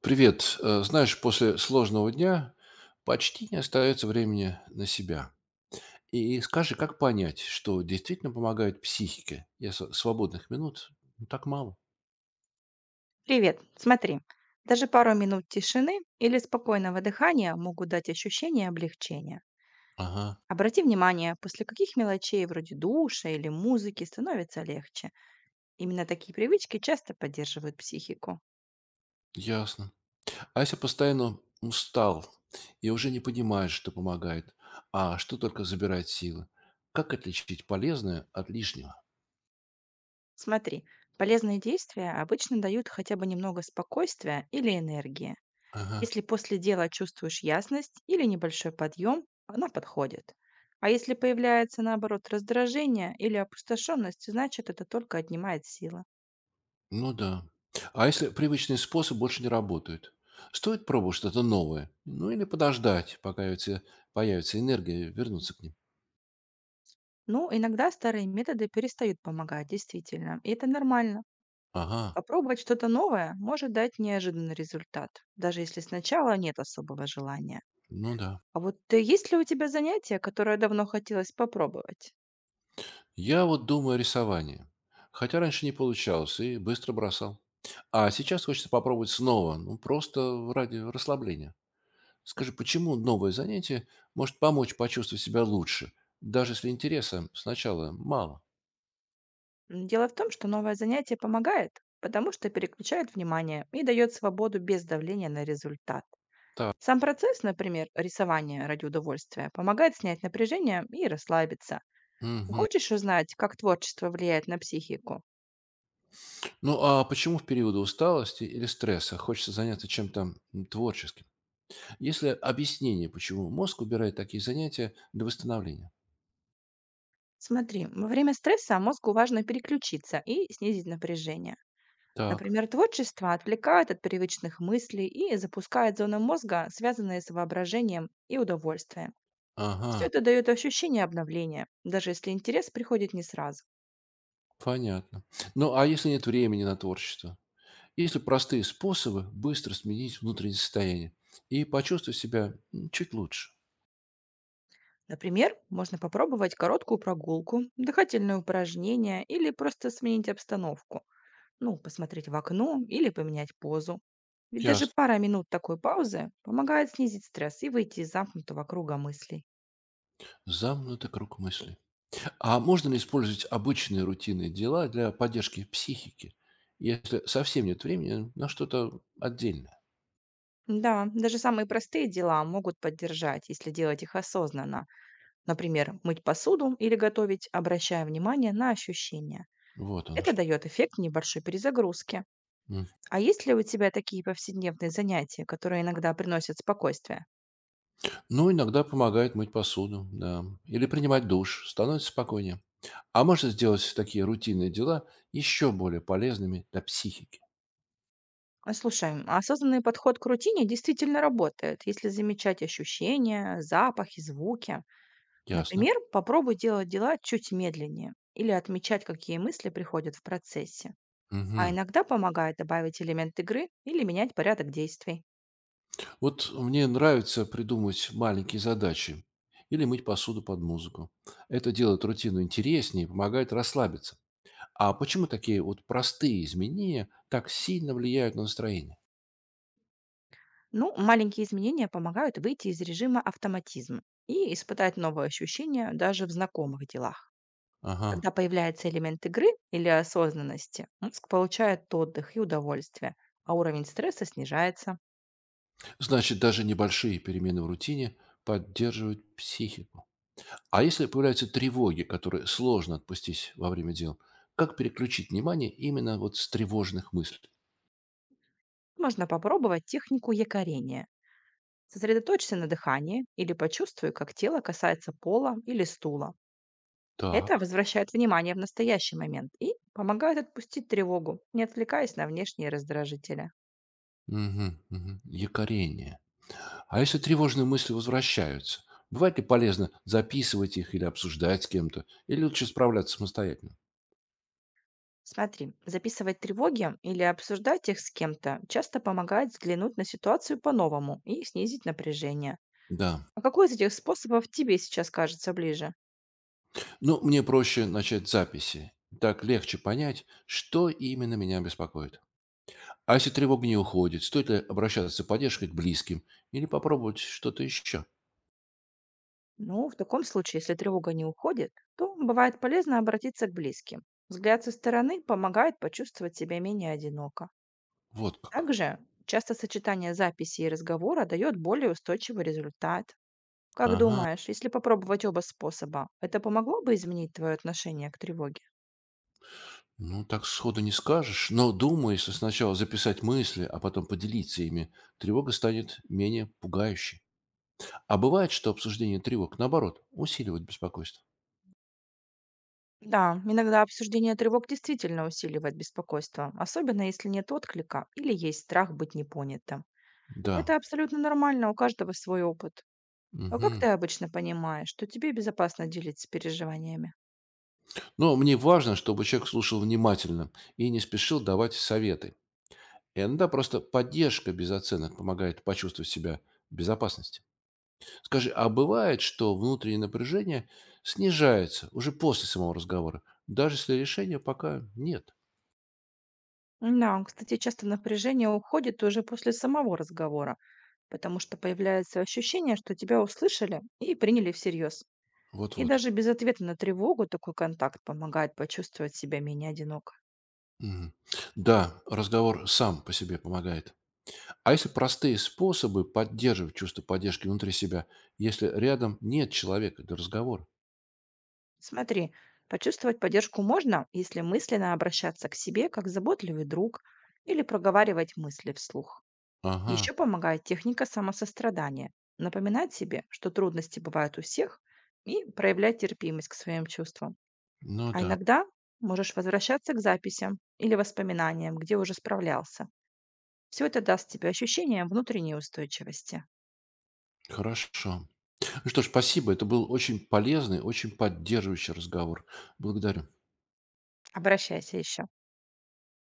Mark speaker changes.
Speaker 1: Привет. Знаешь, после сложного дня почти не остается времени на себя. И скажи, как понять, что действительно помогает психике, если свободных минут ну, так мало?
Speaker 2: Привет. Смотри, даже пару минут тишины или спокойного дыхания могут дать ощущение облегчения.
Speaker 1: Ага,
Speaker 2: Обрати внимание, после каких мелочей вроде душа или музыки становится легче. Именно такие привычки часто поддерживают психику.
Speaker 1: ясно. А если постоянно устал и уже не понимаешь, что помогает, а что только забирает силы, как отличить полезное от лишнего?
Speaker 2: Смотри, полезные действия обычно дают хотя бы немного спокойствия или энергии.
Speaker 1: Ага.
Speaker 2: Если после дела чувствуешь ясность или небольшой подъем, она подходит. А если появляется, наоборот, раздражение или опустошенность, значит, это только отнимает силы.
Speaker 1: Ну да. А если привычные способы больше не работают? Стоит пробовать что-то новое? Ну или подождать, пока появится энергия, вернуться к ним?
Speaker 2: Ну, иногда старые методы перестают помогать, действительно, и это нормально.
Speaker 1: Ага,
Speaker 2: Попробовать что-то новое может дать неожиданный результат, даже если сначала нет особого желания.
Speaker 1: ну да.
Speaker 2: А вот есть ли у тебя занятие, которое давно хотелось попробовать?
Speaker 1: Я вот думаю о рисовании. Хотя раньше не получалось и быстро бросал. А сейчас хочется попробовать снова, ну просто ради расслабления. Скажи, почему новое занятие может помочь почувствовать себя лучше, даже если интереса сначала мало?
Speaker 2: Дело в том, что новое занятие помогает, потому что переключает внимание и дает свободу без давления на результат.
Speaker 1: Так.
Speaker 2: Сам процесс, например, рисования ради удовольствия, помогает снять напряжение и расслабиться.
Speaker 1: Мгм.
Speaker 2: Хочешь узнать, как творчество влияет на психику?
Speaker 1: Ну а почему в периоды усталости или стресса хочется заняться чем-то творческим? Есть ли объяснение, почему мозг выбирает такие занятия для восстановления?
Speaker 2: Смотри, во время стресса мозгу важно переключиться и снизить напряжение.
Speaker 1: Так,
Speaker 2: Например, творчество отвлекает от привычных мыслей и запускает зоны мозга, связанные с воображением и удовольствием. Все
Speaker 1: ага,
Speaker 2: это дает ощущение обновления, даже если интерес приходит не сразу.
Speaker 1: понятно. Ну а если нет времени на творчество? Есть ли простые способы быстро сменить внутреннее состояние и почувствовать себя чуть лучше?
Speaker 2: Например, можно попробовать короткую прогулку, дыхательные упражнения или просто сменить обстановку. Ну, посмотреть в окно или поменять позу. Ведь даже
Speaker 1: Ясно.
Speaker 2: пара минут такой паузы помогает снизить стресс и выйти из замкнутого круга мыслей.
Speaker 1: Замкнутый круг мыслей. А можно ли использовать обычные рутинные дела для поддержки психики, если совсем нет времени на что-то отдельное?
Speaker 2: Да, даже самые простые дела могут поддержать, если делать их осознанно. Например, мыть посуду или готовить, обращая внимание на ощущения.
Speaker 1: Вот оно
Speaker 2: Это
Speaker 1: что.
Speaker 2: дает эффект небольшой перезагрузки.
Speaker 1: М.
Speaker 2: А есть ли у тебя такие повседневные занятия, которые иногда приносят спокойствие?
Speaker 1: Ну, иногда помогает мыть посуду, да, или принимать душ, становится спокойнее. А можно сделать такие рутинные дела еще более полезными для психики.
Speaker 2: Слушай, а осознанный подход к рутине действительно работает, если замечать ощущения, запахи, звуки.
Speaker 1: Ясно.
Speaker 2: Например, попробуй делать дела чуть медленнее или отмечать, какие мысли приходят в процессе. А
Speaker 1: Мгм.
Speaker 2: иногда помогает добавить элемент игры или менять порядок действий.
Speaker 1: Вот мне нравится придумывать маленькие задачи или мыть посуду под музыку. Это делает рутину интереснее и помогает расслабиться. А почему такие вот простые изменения так сильно влияют на настроение?
Speaker 2: Ну, маленькие изменения помогают выйти из режима автоматизма и испытать новые ощущения даже в знакомых делах.
Speaker 1: Ага.
Speaker 2: Когда появляется элемент игры или осознанности, мозг получает отдых и удовольствие, а уровень стресса снижается.
Speaker 1: Значит, даже небольшие перемены в рутине поддерживают психику. А если появляются тревоги, которые сложно отпустить во время дел, как переключить внимание именно вот с тревожных мыслей?
Speaker 2: Можно попробовать технику якорения. Сосредоточься на дыхании или почувствуй, как тело касается пола или стула. Это
Speaker 1: Так,
Speaker 2: возвращает внимание в настоящий момент и помогает отпустить тревогу, не отвлекаясь на внешние раздражители.
Speaker 1: мгм, мгм, якорение. А если тревожные мысли возвращаются, бывает ли полезно записывать их или обсуждать с кем-то, или лучше справляться самостоятельно?
Speaker 2: Смотри, записывать тревоги или обсуждать их с кем-то часто помогает взглянуть на ситуацию по-новому и снизить напряжение.
Speaker 1: Да.
Speaker 2: А какой из этих способов тебе сейчас кажется ближе?
Speaker 1: Ну, мне проще начать с записи. Так легче понять, что именно меня беспокоит. А если тревога не уходит, стоит ли обращаться за поддержкой к близким или попробовать что-то еще?
Speaker 2: Ну, в таком случае, если тревога не уходит, то бывает полезно обратиться к близким. Взгляд со стороны помогает почувствовать себя менее одиноко.
Speaker 1: Вот как.
Speaker 2: Также часто сочетание записи и разговора дает более устойчивый результат. Как
Speaker 1: Ага,
Speaker 2: думаешь, если попробовать оба способа, это помогло бы изменить твое отношение к тревоге?
Speaker 1: ну так сходу не скажешь, но думаю, если сначала записать мысли, а потом поделиться ими, тревога станет менее пугающей. А бывает, что обсуждение тревог, наоборот, усиливает беспокойство.
Speaker 2: Да, иногда обсуждение тревог действительно усиливает беспокойство, особенно если нет отклика или есть страх быть непонятым.
Speaker 1: Да.
Speaker 2: Это абсолютно нормально, у каждого свой опыт. А как
Speaker 1: Мгм.
Speaker 2: ты обычно понимаешь, что тебе безопасно делиться переживаниями?
Speaker 1: Но мне важно, чтобы человек слушал внимательно и не спешил давать советы. И иногда просто поддержка без оценок помогает почувствовать себя в безопасности. Скажи, а бывает, что внутреннее напряжение снижается уже после самого разговора, даже если решения пока нет?
Speaker 2: Да, кстати, часто напряжение уходит уже после самого разговора, потому что появляется ощущение, что тебя услышали и приняли всерьез. И
Speaker 1: Вот-вот.
Speaker 2: даже без ответа на тревогу такой контакт помогает почувствовать себя менее одиноко.
Speaker 1: Мгм. Да, разговор сам по себе помогает. А если простые способы поддерживать чувство поддержки внутри себя, если рядом нет человека для разговора?
Speaker 2: Смотри, почувствовать поддержку можно, если мысленно обращаться к себе как заботливый друг или проговаривать мысли вслух.
Speaker 1: Ага,
Speaker 2: Еще помогает техника самосострадания. Напоминать себе, что трудности бывают у всех, и проявлять терпимость к своим чувствам.
Speaker 1: ну
Speaker 2: А
Speaker 1: да,
Speaker 2: иногда можешь возвращаться к записям или воспоминаниям, где уже справлялся. Все это даст тебе ощущение внутренней устойчивости.
Speaker 1: хорошо. Ну что ж, спасибо, это был очень полезный, очень поддерживающий разговор. Благодарю.
Speaker 2: Обращайся еще.